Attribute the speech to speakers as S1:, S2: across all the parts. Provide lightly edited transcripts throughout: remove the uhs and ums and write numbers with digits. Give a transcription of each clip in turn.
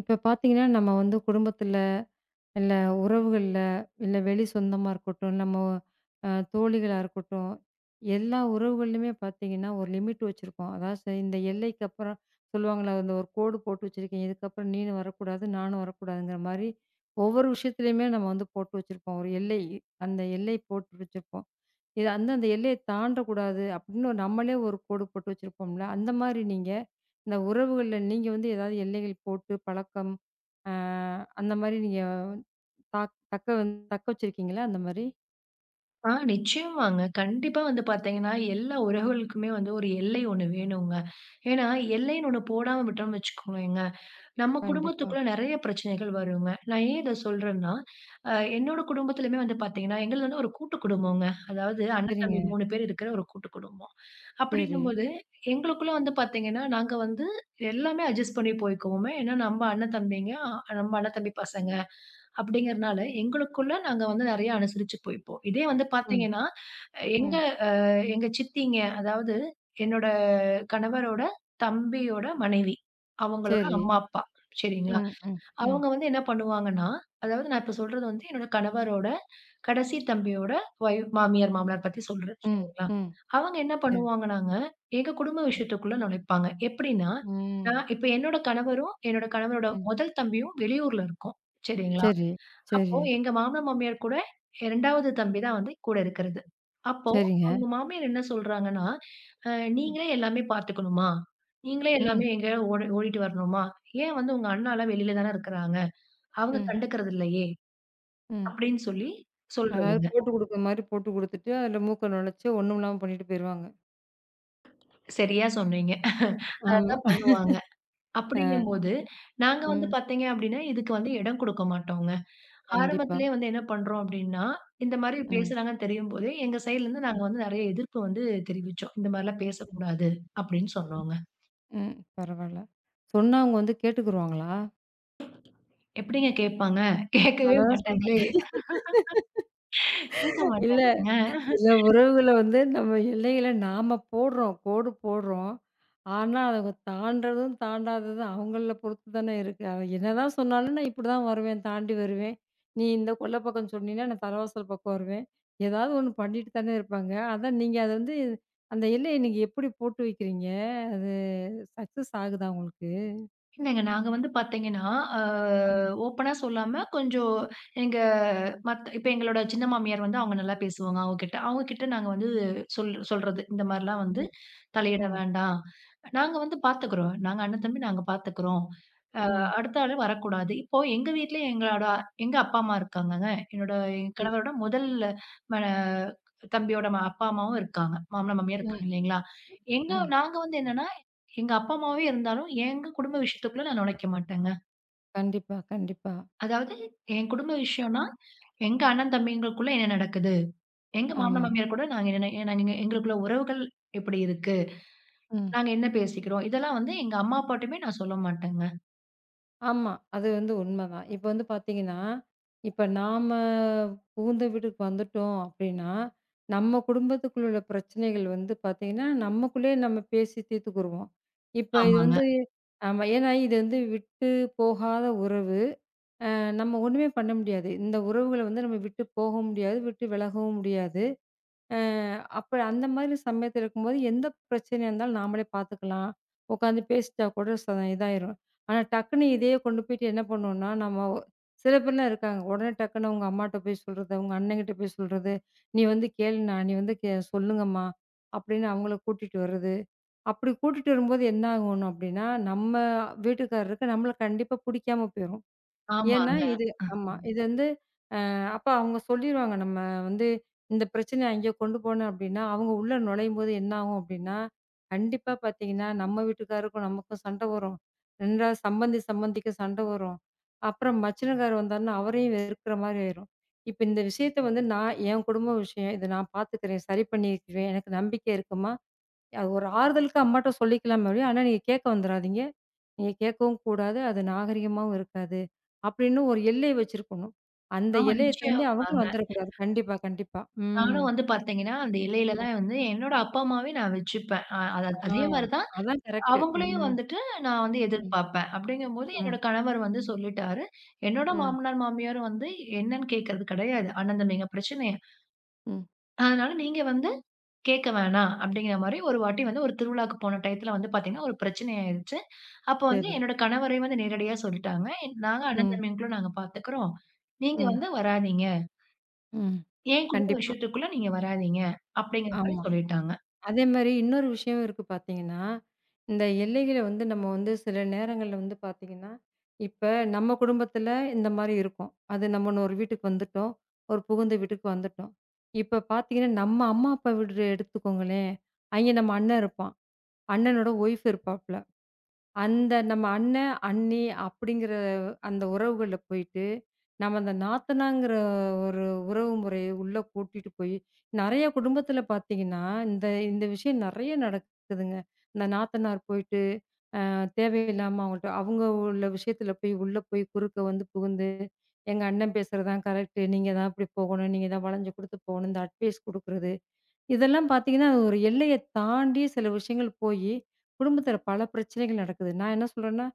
S1: இப்போ பார்த்தீங்கன்னா நம்ம வந்து குடும்பத்தில் இல்ல உறவுகள்ல, இல்ல வெளி சொந்தமா இருக்கட்டும், நம்ம அ தோழிகளா இருக்கட்டும், எல்லா உறவுகள்லயுமே பார்த்தீங்கன்னா, ஒரு லிமிட் வச்சிருக்கோம். அதாவது இந்த எல்லைக்கு அப்புறம் சொல்லுவாங்கல்ல, அந்த ஒரு கோடு போட்டு வச்சிருக்கீங்க. இதுக்கப்புறம் நீனும் வரக்கூடாது, நானும் வரக்கூடாதுங்கிற மாரி, ஒவ்வொரு விஷயத்துலயுமே நம்ம வந்து போட்டு வச்சிருப்போம். ஒரு எல்லை, அந்த எல்லை போட்டு வச்சிருப்போம். இது அந்த அந்த எல்லைய தாண்டக்கூடாது அப்படின்னு ஒரு நம்மளே ஒரு கோடு போட்டு வச்சிருப்போம்ல, அந்த மாரி நீங்க இந்த உறவுகள்ல நீங்க வந்து ஏதாவது எல்லைகள் போட்டு பழக்கம், அ அந்த மாரி நீங்க தாக் தக்க வந் தக்க வச்சிருக்கீங்களா அந்த மாரி?
S2: ஆ நிச்சயமாங்க. கண்டிப்பா வந்து பார்த்தீங்கன்னா, எல்லா உறவுகளுக்குமே வந்து ஒரு எல்லை ஒண்ணு வேணுங்க. ஏன்னா, எல்லைன்னு ஒண்ணு போடாம விட்டோம்னு வச்சுக்கோங்களேங்க, நம்ம
S1: கண்டிப்பா.
S2: குடும்பத்துக்குள்ள நெறைய பிரச்சனைகள் வருங்க. நான் ஏன் இத சொல்றேன்னா, அ என்னோட குடும்பத்திலயுமே வந்து பார்த்தீங்கன்னா, எங்களுது வந்து ஒரு கூட்டு குடும்பங்க. அதாவது அண்ணன், தம்பி
S1: சரிங்க.
S2: 3 பேர் இருக்கிற ஒரு கூட்டு குடும்பம்.
S1: சரி.
S2: அப்படிங்கும்போது, எங்களுக்குள்ள வந்து பார்த்தீங்கன்னா, நாங்க வந்து எல்லாமே அட்ஜஸ்ட் பண்ணி போய்க்குவோமே. ஏன்னா, நம்ம அண்ணன், தம்பிங்க, நம்ம அண்ணன், தம்பி பசங்க. அப்படிங்கிறனால, எங்களுக்குள்ள நாங்க வந்து நெறைய அனுசரிச்சு போய்ப்போம். இதே வந்து
S1: ம்,
S2: பாத்தீங்கன்னா, எங்க
S1: ம்.
S2: எங்க சித்திங்க, அதாவது என்னோட கணவரோட தம்பியோட மனைவி. அவங்களோட
S1: சரி.
S2: அம்மா, அப்பா. சரிங்களா?
S1: ம், ம், ம்,
S2: அவங்க வந்து என்ன பண்ணுவாங்கன்னா, அதாவது நான் இப்ப சொல்றது வந்து என்னோட கணவரோட கடைசி தம்பியோட ஒய்ஃப் மாமியார், மாமனார் பத்தி சொல்றேன்.
S1: ம்,
S2: சரிங்களா?
S1: ம்,
S2: அவங்க என்ன
S1: சரி.
S2: பண்ணுவாங்கனாங்க, எங்க குடும்ப விஷயத்துக்குள்ள நுழைப்பாங்க. எப்படின்னா, நான்
S1: ம்,
S2: இப்ப என்னோட கணவரும், என்னோட கணவரோட
S1: ம்.
S2: முதல் தம்பியும் வெளியூர்ல இருக்கோம். சரிங்களா?
S1: சரி,
S2: அப்போ
S1: சரி,
S2: எங்க மாமனார், மாமியார் கூட 2வது தம்பி தான் வந்து கூட இருக்கிறது. அப்போ
S1: சரிங்க.
S2: அவங்க மாமியார் என்ன சொல்றாங்கன்னா, "அ
S1: ம்,
S2: நீங்களே எல்லாமே பார்த்துக்கணுமா? நீங்களே எல்லாமே
S1: ம்,
S2: எங்கேயாவது ஓடி ஓடிட்டு வரணுமா? ஏன் வந்து உங்க அண்ணாலாம் வெளியில தானே இருக்கிறாங்க. அவங்க
S1: ம்,
S2: கண்டுக்கிறது இல்லையே!"
S1: ம்.
S2: அப்படின்னு சொல்லி
S1: அதாவது
S2: சொல்றதுங்க.
S1: போட்டு குடுக்குற மாரி போட்டு குடுத்துட்டு, அதுல மூக்க நுழைச்சு ஒண்ணும் இல்லாம பண்ணிட்டு போயிருவாங்க.
S2: சரியா சொன்னீங்க.
S1: ஆமா.
S2: அதத்தான் பண்ணுவாங்க.
S1: ஆ.
S2: அப்படிங்கும்போது, நாங்க வந்து
S1: ம்.
S2: பார்த்தீங்க அப்படின்னா, இதுக்கு வந்து இடம் குடுக்க மாட்டோங்க.
S1: கண்டிப்பா.
S2: ஆரம்பத்திலேயே வந்து என்ன பண்றோம் அப்டின்னா, இந்த மாரி
S1: ம்,
S2: பேசுறாங்கன்னு தெரியும்போதே, எங்க சைட்லருந்து
S1: ம்,
S2: நாங்க வந்து நெறைய எதிர்ப்பு வந்து தெரிவிச்சோம். இந்த மாரிலாம் பேசக்கூடாது அப்டின்னு சொன்னோங்க.
S1: ம். பரவால்ல. சொன்னா அவங்க வந்து கேட்டுக்குருவாங்களா?
S2: எப்டிங்க கேட்பாங்க? கேட்கவே
S1: அதான் சொல்றேன்.
S2: மாட்டாங்களே! கேட்க
S1: இல்ல.
S2: மாட்டாங்கங்க.
S1: சில உறவுகள வந்து நம்ம எல்லைகள நாம போடுறோம். கோடு போடுறோம். ஆனா, அத தாண்டுறதும், தாண்டாததும் அவங்கள பொறுத்து தானே இருக்கு. அவன் என்னதான் சொன்னாலும் நான் இப்படிதான் வருவேன். தாண்டி வருவேன். நீ இந்த கொள்ள பக்கம் சொன்னீன்னா, நான் தலைவாசல் பக்கம் வருவேன். ஏதாவது ஒண்ணு பண்ணிட்டு தானே இருப்பாங்க. அதான் நீங்க அத வந்து அந்த எல்லைய நீங்க எப்படி போட்டு வைக்கிறீங்க? அது சக்சஸ் ஆகுதா உங்களுக்கு?
S2: என்னங்க நாங்க வந்து பார்த்தீங்கன்னா, அ
S1: ம்,
S2: ஓப்பனா சொல்லாம கொஞ்சம் எங்க மத்த இப்ப எங்களோட சின்ன மாமியார் வந்து அவங்க நல்லா பேசுவாங்க அவங்ககிட்ட. அவங்ககிட்ட நாங்க வந்து சொல்றது. இந்த மாரிலாம் வந்து
S1: ம்,
S2: தலையிட
S1: ம்,
S2: வேண்டாம். நாங்க வந்து பார்த்துக்கிறோம். நாங்க அண்ணன், தம்பி நாங்க பார்த்துக்கிறோம்.
S1: ம்.
S2: அடுத்த ஆளு வரக்கூடாது. இப்போ எங்க வீட்ல எங்களோட எங்க அப்பா, அம்மா இருக்காங்கங்க. என்னோட என்
S1: சரி.
S2: கணவரோட முதல் ம தம்பியோட அப்பா, அம்மாவும் இருக்காங்க. மாமனார், மாமியார்
S1: ம்,
S2: இருக்காங்க இல்லைங்களா? எங்க
S1: ம்.
S2: நாங்க வந்து என்னன்னா, எங்க அப்பா, அம்மாவே இருந்தாலும் எங்க குடும்ப விஷயத்துக்குள்ள நான் நுழைக்க மாட்டேங்க.
S1: கண்டிப்பா, கண்டிப்பா.
S2: அதாவது என் குடும்ப விஷயம்னா, எங்க அண்ணன் தம்பிங்களுக்குள்ள என்ன நடக்குது? எங்க மாமனார்,
S1: ஆமா.
S2: மாமியார் கூட நாங்க என்ன நாங்க எங்களுக்குள்ள உறவுகள் எப்படி இருக்கு?
S1: ம்.
S2: நாங்க என்ன பேசிக்கிறோம்? இதெல்லாம் வந்து எங்க அம்மா, அப்பாட்டயுமே நான் சொல்ல மாட்டேங்க.
S1: ஆமா. அது வந்து உண்மதான். இப்ப வந்து பாத்தீங்கன்னா, இப்ப நாம புகுந்த வீட்டுக்கு வந்துட்டோம் அப்டின்னா, நம்ம குடும்பத்துக்குள்ள உள்ள பிரச்சனைகள் வந்து பாத்தீங்கன்னா, நமக்குள்ளயே நம்ம பேசி தீர்த்துக்குருவோம். இப்ப இது
S2: ஆமாங்க,
S1: வந்து ஆமா. ஏன்னா இது வந்து விட்டு போகாத உறவு. அ நம்ம ஒண்ணுமே பண்ண முடியாது. இந்த உறவுகள வந்து நம்ம விட்டு போகவும் முடியாது, விட்டு விலகவும் முடியாது. அ அப்ப அந்த மாதிரி சமயத்துல இருக்கும்போது, எந்த பிரச்சனையா இருந்தாலும் நாமளே பார்த்துக்கலாம். உட்காந்து பேசிட்டா கூட இதாயிரும். ஆனா டக்குன்னு இதையே கொண்டு போயிட்டு என்ன பண்ணுவோம்னா, நம்ம சில பேர்லாம் இருக்காங்க. உடனே டக்குன்னு உங்க அம்மாட்ட போய் சொல்றது, உங்க அண்ணங்கிட்ட போய் சொல்றது, "நீ வந்து கேளுண்ணா, நீ வந்து சொல்லுங்கம்மா" அப்படின்னு அவங்கள கூட்டிட்டு வர்றது. அப்படி கூட்டிட்டு வரும்போது என்ன ஆகும் அப்படின்னா, நம்ம வீட்டுக்காரருக்கு நம்மள கண்டிப்பா பிடிக்காம போயிரும். ஏன்னா
S2: ஆமாங்க.
S1: இது ஆமா. இது வந்து அப்ப அவங்க சொல்லிருவாங்க. நம்ம வந்து இந்த பிரச்சனைய அங்கே கொண்டு போனோம் அப்டின்னா, அவங்க உள்ள நுழையும்போது என்ன ஆகும் அப்டின்னா, கண்டிப்பா பார்த்தீங்கன்னா, நம்ம வீட்டுக்காருக்கும் நமக்கும் சண்டை வரும். 2வது சம்பந்தி, சம்பந்திக்கு சண்டை வரும். அப்புறம் மச்சினக்காரு வந்தாருன்னா, அவரையும் வெறுக்கிற மாரி ஆயிரும். இப்ப இந்த விஷயத்த வந்து நான் என் குடும்ப விஷயம். இத நான் பார்த்துக்கிறேன். சரி பண்ணிக்கிறேன். எனக்கு நம்பிக்கை இருக்குமா? அது ஒரு ஆறுதலுக்கு அம்மாட்ட சொல்லிக்கலாமே ஒழிய, ஆனா நீங்க கேட்க வந்துராதீங்க. நீங்க கேட்கவும் கூடாது. அது நாகரிகமாவும் இருக்காது. அப்படின்னு ஒரு எல்லை வச்சிருக்கணும். அந்த
S2: ஆமா
S1: எல்லைய தாண்டி
S2: நிச்சயமாங்க.
S1: அவங்களும் வந்துரக்கூடாது. கண்டிப்பா, கண்டிப்பா. ம்.
S2: நானும் வந்து பார்த்தீங்கன்னா, அந்த இலையில தான் வந்து என்னோட அப்பா அம்மாவே நான் வச்சுப்பேன். அ அத
S1: ஆ
S2: அதே மாரி தான்
S1: அதான் கரெக்ட்டு.
S2: அவங்களையும்
S1: ம்.
S2: வந்துட்டு நான் வந்து
S1: ம்.
S2: எதிர்பார்ப்பேன். அப்படிங்கும்போது என்னோட
S1: ம்.
S2: கணவர் வந்து சொல்லிட்டாரு. என்னோட
S1: ம்.
S2: மாமனார், மாமியாரும் வந்து என்னன்னு கேட்கறது கிடையாது. "அண்ணந்தம்பிங்க பிரச்சனைய.
S1: ம்.
S2: அதனால நீங்க வந்து கேட்க வேணாம்." அப்படிங்கிற மாரி ஒரு வாட்டி வந்து ஒரு திருவிழாக்கு போன டயத்துல வந்து பார்த்தீங்கன்னா, ஒரு பிரச்சனை ஆயிருச்சு. அப்ப வந்து
S1: சரி.
S2: என்னோட கணவரே வந்து நேரடியா சொல்லிட்டாங்க. "நாங்க அண்ணன்
S1: ம்.
S2: தம்பிங்களுக்குள்ள நாங்க பார்த்துக்கிறோம். நீங்க
S1: ம்.
S2: வந்து வராதீங்க.
S1: ம்.
S2: என் குடும்ப
S1: கண்டிப்பா.
S2: விஷயத்துக்குள்ள நீங்க வராதீங்க." அப்படிங்கிற மாரி
S1: ஆமா.
S2: சொல்லிட்டாங்க.
S1: அதே மாரி இன்னொரு விஷயம் இருக்கு பார்த்தீங்கன்னா, இந்த எல்லைகள வந்து நம்ம வந்து சில நேரங்கள்ல வந்து பார்த்தீங்கன்னா, இப்ப நம்ம குடும்பத்தில இந்த மாரி இருக்கும். அது நம்மன்னு ஒரு வீட்டுக்கு வந்துட்டோம். ஒரு புகுந்த வீட்டுக்கு வந்துட்டோம். இப்ப பார்த்தீங்கன்னா, நம்ம அம்மா, அப்பா வீடு எடுத்துக்கோங்களேன். அங்கே நம்ம அண்ணன் இருப்பான். அண்ணனோட ஒய்ஃப் இருப்பாப்ல. அந்த நம்ம அண்ணன், அண்ணி அப்படிங்கிற அந்த உறவுகள்ல போயிட்டு, நம்ம அந்த நாத்தனாங்கிற ஒரு உறவு முறைய உள்ள கூட்டிட்டு போய் நெறைய குடும்பத்தில பார்த்தீங்கன்னா, இந்த இந்த விஷயம் நெறைய நடக்குதுங்க. இந்த நாத்தனார் போயிட்டு தேவையில்லாம அவங்கள்ட்ட அவங்க உள்ள விஷயத்தில போய் உள்ள போய் குறுக்க வந்து புகுந்து, "எங்க அண்ணன் பேசுறது தான் கரெக்ட்டு. நீங்க தான் இப்படி போகணும். நீங்க தான் வளைஞ்சு கொடுத்து போகணும்." இந்த அட்வைஸ் குடுக்குறது. இதெல்லாம் பார்த்தீங்கன்னா, அது ஒரு எல்லைய தாண்டி சில விஷயங்கள் போயி, குடும்பத்தில பல பிரச்சனைகள் நடக்குது. நான் என்ன சொல்றேன்னா,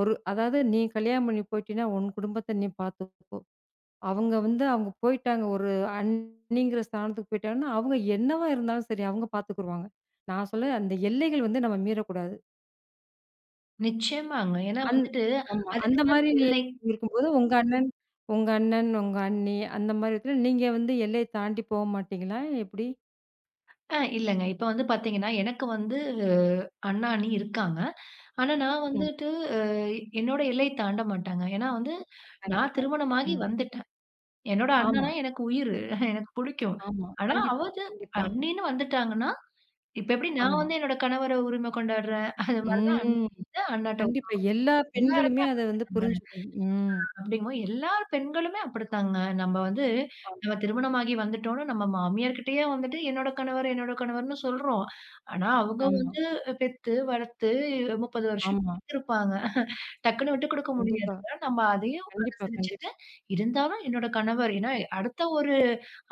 S1: ஒரு அதாவது நீ கல்யாணம் பண்ணி போயிட்டீன்னா, உன் குடும்பத்த நீ பார்த்துக்கோ. அவங்க வந்து அவங்க போயிட்டாங்க. ஒரு அண்ணிங்கிற ஸ்தானத்துக்கு போயிட்டாங்கன்னா, அவங்க என்னவா இருந்தாலும் சரி, அவங்க பார்த்துக்குருவாங்க. நான் சொல்ல அந்த எல்லைகள் வந்து நம்ம மீறக்கூடாது.
S2: நிச்சயமாங்க. ஏன்னா
S1: அந்
S2: வந்துட்டு,
S1: ஆமா.
S2: அதுக்கு
S1: அந்த
S2: தான் அந்த
S1: மாரி
S2: எல்லை.
S1: இருக்கும்போது, உங்க அண்ணன் உங்க அண்ணன், உங்க அண்ணி அந்த மாரி இடத்துல நீங்க வந்து எல்லைய தாண்டி போ மாட்டீங்களா? எப்படி?
S2: ஆ இல்லங்க. இப்ப வந்து பார்த்தீங்கன்னா, எனக்கு வந்து அஹ், அண்ணா, அண்ணி இருக்காங்க. ஆனா நான்
S1: ம்.
S2: வந்துட்டு என்னோட எல்லைய தாண்ட மாட்டாங்க. ஏன்னா வந்து நான்
S1: கண்டிப்பா.
S2: திருமணமாகி
S1: ம்.
S2: வந்துட்டேன். என்னோட
S1: ஆமா.
S2: அண்ணன்னா எனக்கு உயிரு. எனக்கு புடிக்கும்.
S1: ஆமா.
S2: ஆனா
S1: கண்டிப்பா,
S2: அவது
S1: கண்டிப்பா.
S2: அண்ணின்னு வந்துட்டாங்கன்னா, இப்ப எப்படி நான்
S1: ஆமா.
S2: வந்து என்னோட கணவர உரிமை கொண்டாடுறேன், அது மாரி தான் அண்ணி
S1: ம்.
S2: வந்து அண்ணாட்ட
S1: கண்டிப்பா. எல்லா
S2: எல்லாரும்
S1: பெண்களுமே அத வந்து புரிஞ்சுக்கணும். ம்.
S2: அப்படிங்கும்போது எல்லார் பெண்களுமே அப்படித்தாங்க. நம்ம வந்து
S1: ஆமா,
S2: நம்ம திருமணமாகி வந்துட்டோம்னு நம்ம மாமியார்கிட்டயே வந்துட்டு என்னோட கணவர், என்னோட கணவர்ன்னு சொல்றோம். ஆனா அவங்க ம்.
S1: ஆமா,
S2: வந்து பெத்து, வளர்த்து 30 வருஷம்
S1: ஆமா.
S2: இருப்பாங்க. டக்குன்னு விட்டு குடுக்க
S1: கண்டிப்பா,
S2: முடியாதுங்க. நம்ம அதையும்
S1: கண்டிப்பா,
S2: அனுசரிச்சுட்டு,
S1: கண்டிப்பா.
S2: இருந்தாலும் என்னோட கணவர் ஏன்னா அடுத்த ஒரு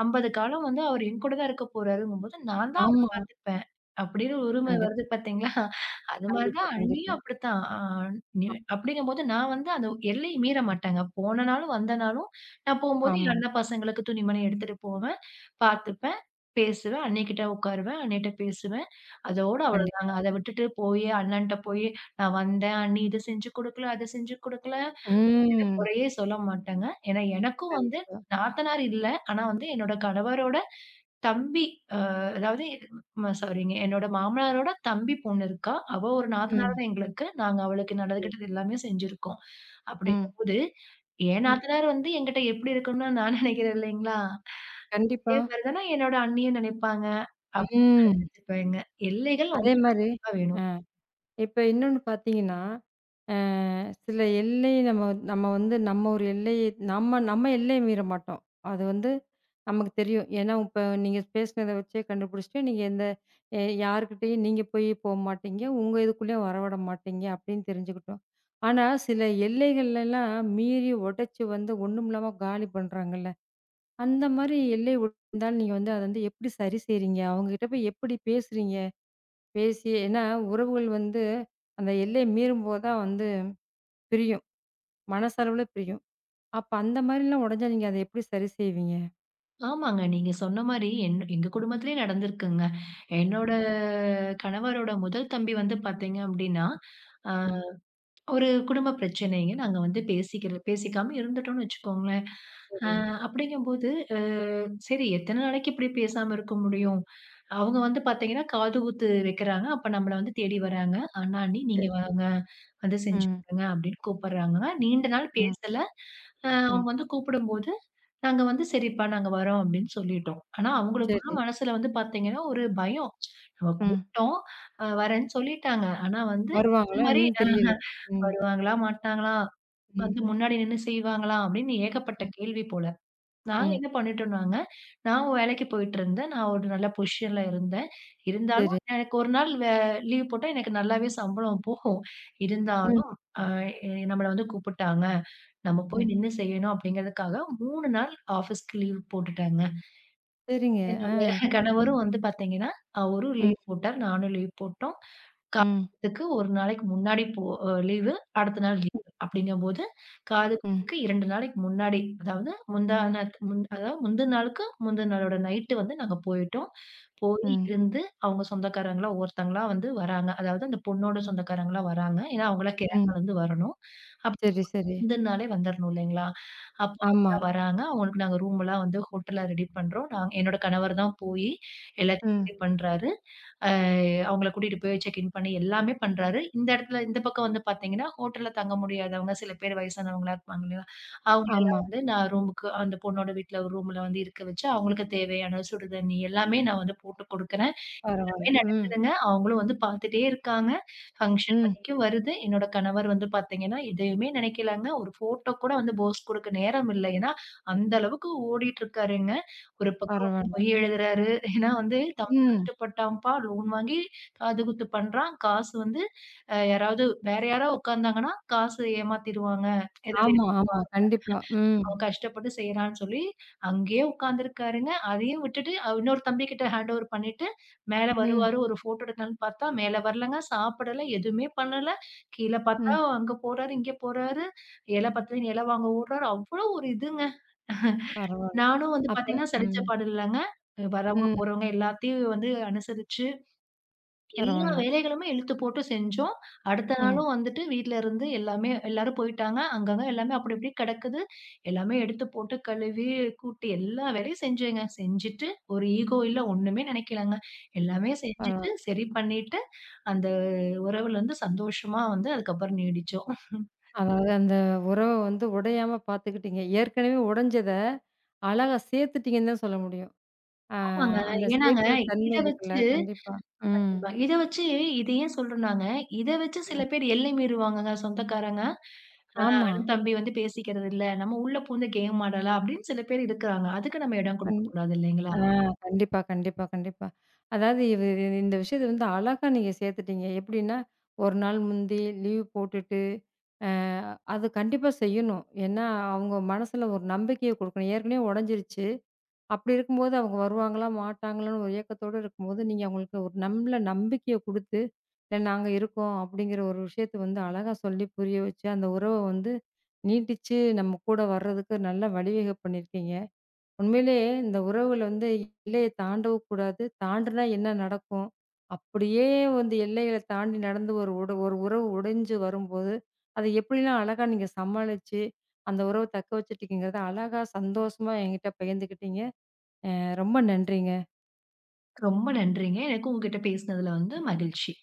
S2: 50 காலம் வந்து அவர் என் கூட தான் இருக்க போறாருங்கும்போது, நான் தான் அவர
S1: ஆமா.
S2: பார்த்துப்பேன். அப்படின்னு உரிமை வருது
S1: கண்டிப்பா,
S2: பார்த்தீங்களா? அது மாரி
S1: கண்டிப்பா,
S2: தான் அண்ணியும்
S1: கண்டிப்பா.
S2: அப்படித்தான். அ நி அப்படிங்கும்போது நான் வந்து அந்த எல்லைய மீற மாட்டேங்க. போன நாளும், வந்த நாளும் நான் போம்போது என்
S1: ஆமா.
S2: அண்ணன் பசங்களுக்கு துணிமணி எடுத்துட்டு போவேன், பார்த்துப்பேன், பேசுவேன். அண்ணிகிட்ட உட்காருவேன், அண்ணிட்ட பேசுவேன். அதோட அவ்வளோதாங்க.
S1: கண்டிப்பா.
S2: அத விட்டுட்டு போயி அண்ணன்ட்ட போயி நான் வந்தேன், அண்ணி இத செஞ்சு குடுக்கல, அத செஞ்சு குடுக்கல.
S1: ம்.
S2: குறையே சொல்ல மாட்டேங்க. ஏன்னா எனக்கும் வந்து
S1: கண்டிப்பா.
S2: நாத்தனார் இல்ல. ஆனா வந்து என்னோட கணவரோட தம்பி அ அதாவது ம சாரிங்க. என்னோட மாமனாரோட தம்பி பொண்ணு இருக்கா. அவ ஒரு நாத்தனார்
S1: ம்.
S2: தான் எங்களுக்கு. நாங்க அவளுக்கு நல்லது,
S1: சரி.
S2: கெட்டது எல்லாமே செஞ்சிருக்கோம்.
S1: ம்.
S2: அப்படிங்கும்போது, என்
S1: ம்.
S2: நாத்தனார் வந்து என்கிட்ட எப்படி இருக்கணும்னு நான் நெனைக்கிறேன் இல்லைங்களா? அதே
S1: கண்டிப்பா.
S2: மாரி தானே என்னோட அண்ணியும் நெனைப்பாங்க. அப்படின்னு நான்
S1: ம்.
S2: நெனச்சுப்பேங்க. எல்லைகள்
S1: அதே
S2: ஒண்ணு
S1: மாரி,
S2: கண்டிப்பா வேணும்.
S1: இப்ப இன்னொன்னு பார்த்தீங்கன்னா, அ சில எல்லை நம்ம நம்ம வந்து நம்ம ஒரு எல்லையை நம்ம நம்ம எல்லையை மீற மாட்டோம். அது வந்து நமக்கு தெரியும். ஏன்னா, இப்ப நீங்க பேசினத வச்சே கண்டுபிடிச்சுட்டு, நீங்க எந்த யார்கிட்டயும் நீங்க போய் போ மாட்டீங்க. உங்க இதுக்குள்ளேயும் வரவிட மாட்டீங்க அப்டின்னு தெரிஞ்சுக்கிட்டோம். ஆனா, சில எல்லைகள்லாம் மீறி உடைச்சு வந்து ஒண்ணுமில்லாம காலி பண்றாங்கல்ல. அந்த மாரி எல்லை இருந்தாலும் நீங்க வந்து அத வந்து எப்டி சரி செய்றீங்க? அவங்ககிட்ட போய் எப்டி பேசுறீங்க? பேசி ஏன்னா உறவுகள் வந்து அந்த எல்லை மீறும்போது தான் வந்து பிரியும். மனசளவுல பிரியும். அப்ப அந்த மாரிலாம் உடைஞ்சா நீங்க அத எப்படி சரி செய்வீங்க?
S2: ஆமாங்க. நீங்க சொன்ன மாரி எங்க குடும்பத்திலயே நடந்திருக்குங்க. என்னோட கணவரோட முதல் தம்பி வந்து பார்த்தீங்க அப்டின்னா, அ
S1: ம்.
S2: ஒரு குடும்ப பிரச்சனைங்க. நாங்க வந்து பேசிக்காம இருந்துட்டோம்னு வச்சுக்கோங்களேன். அ
S1: சரி.
S2: ம். அப்படிங்கும்போது அ சரி எத்தன நாளைக்கு இப்படி பேசாம இருக்க முடியும்? அவங்க வந்து பார்த்தீங்கன்னா, காது குத்து வைக்கிறாங்க. அப்ப நம்மள வந்து தேடி வராங்க. "அண்ணா, அண்ணி நீங்க
S1: சரி.
S2: வாங்க. வந்து செஞ்சு
S1: ம்.
S2: குடுங்க" அப்படின்னு கூப்பிடுறாங்க. நீண்ட நாள்
S1: ம்.
S2: பேசல. அவங்க
S1: ம்.
S2: வந்து கூப்பிடும்போது நாங்க வந்து சரிப்பா நாங்க வரோம் அப்படின்னு சொல்லிட்டோம். ஆனா ம். அவங்களுக்குள்ள
S1: சரி.
S2: மனசுல வந்து பாத்தீங்கன்னா ஒரு பயம். நம்ம
S1: ம்.
S2: கூப்ட்டோம் வரேன்னு சொல்லிட்டாங்க. ஆனா வந்து இந்த
S1: வருவாங்களா
S2: மாரி
S1: என்னன்னு தெரியல. ம்.
S2: வருவாங்களா? மாட்டாங்களா?
S1: ம்.
S2: வந்து முன்னாடி நின்னு செய்வாங்களா? அப்படின்னு ஏகப்பட்ட
S1: ம்.
S2: கேள்வி போல. நாங்க
S1: ம்.
S2: என்ன பண்ணிட்டோம்னாங்க, நான் வேலைக்கு போயிட்டுருந்தேன். நான் ஒரு நல்ல பொசிஷன்ல இருந்தேன். ம். இருந்தாலும்
S1: சரி.
S2: எனக்கு ஒரு நாள் லீவ் போட்டா எனக்கு நல்லாவே சம்பளம் போகும்.
S1: ம்.
S2: இருந்தாலும் அ எ நம்மள வந்து கூப்பிட்டாங்க. நம்ம
S1: ம்.
S2: போய் நின்னு செய்யணும் அப்படிங்கிறதுக்காக 3 நாள் ஆஃபீஸ்க்கு லீவ் போட்டுட்டாங்க.
S1: சரிங்க. ஆ.
S2: என்னுடைய
S1: சூப்பருங்க.
S2: கணவரும் வந்து பார்த்தீங்கன்னா, அவரும்
S1: ம்.
S2: லீவ் போட்டார். நானும் லீவ் போட்டோம்.
S1: ம்.
S2: காதுகுத்துக்கு 1 நாளைக்கு முன்னாடி போ அ லீவு, அடுத்த நாள் லீவு. அப்படிங்கும்போது,
S1: ம்.
S2: காதுகுத்துக்கு 2 நாளைக்கு முன்னாடி, அதாவது முந்தா நேத்து முந் அதாவது முந்தின நாளுக்கு முந்தின நாளோட நைட்டு வந்து நாங்க போயிட்டோம். போய்
S1: ம்.
S2: இருந்து அவங்க சொந்தக்காரங்களா ஒவ்வொருத்தங்களா வந்து வராங்க. அதாவது அந்த பொண்ணோட சொந்தக்காரங்களா வராங்க. ஏன்னா அவங்கலாம்
S1: ம்.
S2: கேரளாலருந்து வரணும். அப்ப
S1: சரி, சரி.
S2: முந்தின நாளே வந்துரணும் இல்லைங்களா? அப்போ
S1: ஆமா.
S2: அவங்கலாம் வராங்க. அவங்களுக்கு நாங்க ரூம்லாம் வந்து ஹோட்டல்ல ரெடி பண்றோம். நாங்க என்னோட கணவர் தான் போயி எல்லாத்தையும்
S1: ம்.
S2: சரி பண்றாரு. அ அவங்கள கூட்டிட்டு போய் செக் இன் பண்ணி எல்லாமே பண்றாரு. இந்த இடத்துல இந்த பக்கம் வந்து பார்த்தீங்கன்னா, ஹோட்டல்ல தங்க முடியாதவங்க சில பேர் வயசானவங்களா இருப்பாங்க இல்லையா?
S1: ஆமா.
S2: அவங்களலாம் வந்து நான் ரூமுக்கு அந்த பொண்ணோட வீட்ல ஒரு ரூம்ல வந்து இருக்க வச்சு, அவங்களுக்கு தேவையான சுடு தண்ணி எல்லாமே நான் வந்து போட்டு குடுக்குறேன்.
S1: பரவால்ல.
S2: நல்லாவே
S1: ம்.
S2: நடக்குதுங்க. அவங்களும் வந்து பார்த்துட்டே இருக்காங்க. ஃபங்ஷன்
S1: ம்.
S2: வரைக்கும் வருது. என்னோட கணவர் வந்து பார்த்தீங்கன்னா, எதையுமே நினைக்கலங்க. ஒரு ஃபோட்டோ கூட வந்து போஸ் குடுக்க நேரம் இல்ல. ஏன்னா, அந்த அளவுக்கு ஓடிட்டுருக்காருங்க. ஒரு பக்கம் வந்து
S1: பரவால்ல.
S2: மொய் எழுதுறாரு. ஏன்னா வந்து தம்பி
S1: ம்.
S2: கஷ்டப்பட்டான்ப்பா, லோன் வாங்கி காதுகுத்து பண்றான். காசு வந்து அ யாராவது வேற யாரோ உட்கார்ந்தாங்கன்னா, காசு ஏமாத்திருவாங்க. ஏதாவது
S1: ஆமா,
S2: எடுத்துருவாங்க.
S1: ஆமா. கண்டிப்பா. ம்.
S2: அவன் கஷ்டப்பட்டு செய்றான்னு சொல்லி, அங்கேயே உட்கார்ந்திருக்காருங்க. அதையும் விட்டுட்டு இன்னொரு தம்பிகிட்ட ஹேண்ட் ஓவர் பண்ணிட்டு, மேல
S1: ம்.
S2: வருவாரு. ஒரு ஃபோட்டோ எடுக்கலான்னு பார்த்தா, மேல வரலங்க. சாப்பிடல, எதுவுமே பண்ணல. கீழ பார்த்தா
S1: ம்.
S2: அங்க போறாரு, இங்க போறாரு. இல பத்தலன்னு இல வாங்க ஓடுறாரு. அவ்ளோ ஒரு இதுங்க.
S1: பரவால்ல.
S2: நானும் வந்து
S1: அப்ப
S2: பார்த்தீங்கன்னா, சலிச்ச
S1: ம்.
S2: பாடு இல்லங்க. வரவங்க,
S1: ம்.
S2: போறவங்க எல்லாத்தையும் வந்து அனுசரிச்சு எல்லா
S1: பரவால்ல.
S2: வேலைகளுமே இழுத்து போட்டு செஞ்சோம். அடுத்த ம்.
S1: ம்.
S2: நாளும் வந்துட்டு வீட்ல இருந்து எல்லாமே எல்லாரும் போயிட்டாங்க. அங்கங்க எல்லாமே அப்படி இப்படி கிடக்குது. எல்லாமே எடுத்து போட்டு கழுவி, கூட்டி எல்லா வேலையும் செஞ்சேங்க. செஞ்சுட்டு ஒரு ஈகோ இல்ல, ஒண்ணுமே நெனைக்கலங்க. எல்லாமே செஞ்சுட்டு,
S1: பரவால்ல.
S2: சரி பண்ணிட்டு, அந்த உறவுலருந்து சந்தோஷமா வந்து அதுக்கப்புறம் நீடிச்சோம்.
S1: அதாவது அந்த உறவ வந்து உடையாம பார்த்துக்கிட்டீங்க. ஏற்கனவே உடைஞ்சத, அழகா சேர்த்துட்டீங்கன்னு தான் சொல்ல முடியும். அ
S2: ஆமாங்க.
S1: அந்த
S2: ஏன்னாங்க
S1: சேர்க்கிற
S2: இத
S1: தன்மை இருக்குல்ல.
S2: வச்சு
S1: கண்டிப்பா. ம்.
S2: இத வச்சு இத ஏன் சொல்றேன்னாங்க, இத வச்சு சில
S1: ம்.
S2: பேர் எல்லை மீறுவாங்கங்க சொந்தக்காரங்க.
S1: ஆமா.
S2: தம்பி வந்து பேசிக்கிறது இல்ல. நம்ம உள்ள பூந்து கேம் ஆடலாம் அப்படின்னு சில பேர் இருக்கிறாங்க. அதுக்கு நம்ம இடம்
S1: கண்
S2: குடுக்கக்கூடாது இல்லைங்களா?
S1: ஆ கண்டிப்பா, கண்டிப்பா, கண்டிப்பா. அதாவது இது இது- இந்த விஷயத்த வந்து அழகா நீங்க சேர்த்துட்டீங்க. எப்படின்னா, 1 நாள் முந்தி லீவ் போட்டுட்டு, அ அது கண்டிப்பா செய்யணும். ஏன்னா, அவங்க மனசுல ஒரு நம்பிக்கைய குடுக்கணும். ஏற்கனவே உடைஞ்சிருச்சு. அப்படி இருக்கும்போது அவங்க வருவாங்களா, மாட்டாங்களான்னு ஒரு ஏக்கத்தோட இருக்கும்போது, நீங்க அவங்களுக்கு ஒரு நல்ல நம்பிக்கைய குடுத்து, இல்ல நாங்க இருக்கோம் அப்படிங்கிற ஒரு விஷயத்த வந்து அழகா சொல்லி புரிய வச்சு, அந்த உறவ வந்து நீட்டிச்சு நம்ம கூட வர்றதுக்கு நல்லா வழிவகை பண்ணியிருக்கீங்க. உண்மையிலேயே இந்த உறவுகள் வந்து எல்லைய தாண்டவும் கூடாது. தாண்டுனா என்ன நடக்கும்? அப்படியே வந்து எல்லைகள தாண்டி நடந்து ஒரு உட ஒரு உறவு உடைஞ்சு வரும்போது, அதை எப்படிலாம் அழகா நீங்க சமாளிச்சு, அந்த உறவ தக்க வச்சுட்டீங்கங்கிறத அழகா சந்தோஷமா என்கிட்ட பகிர்ந்துக்கிட்டீங்க. ரொம்ப நன்றிங்க.
S2: ரொம்ப நன்றிங்க. எனக்கும் உங்ககிட்ட பேசினதுல வந்து மகிழ்ச்சி.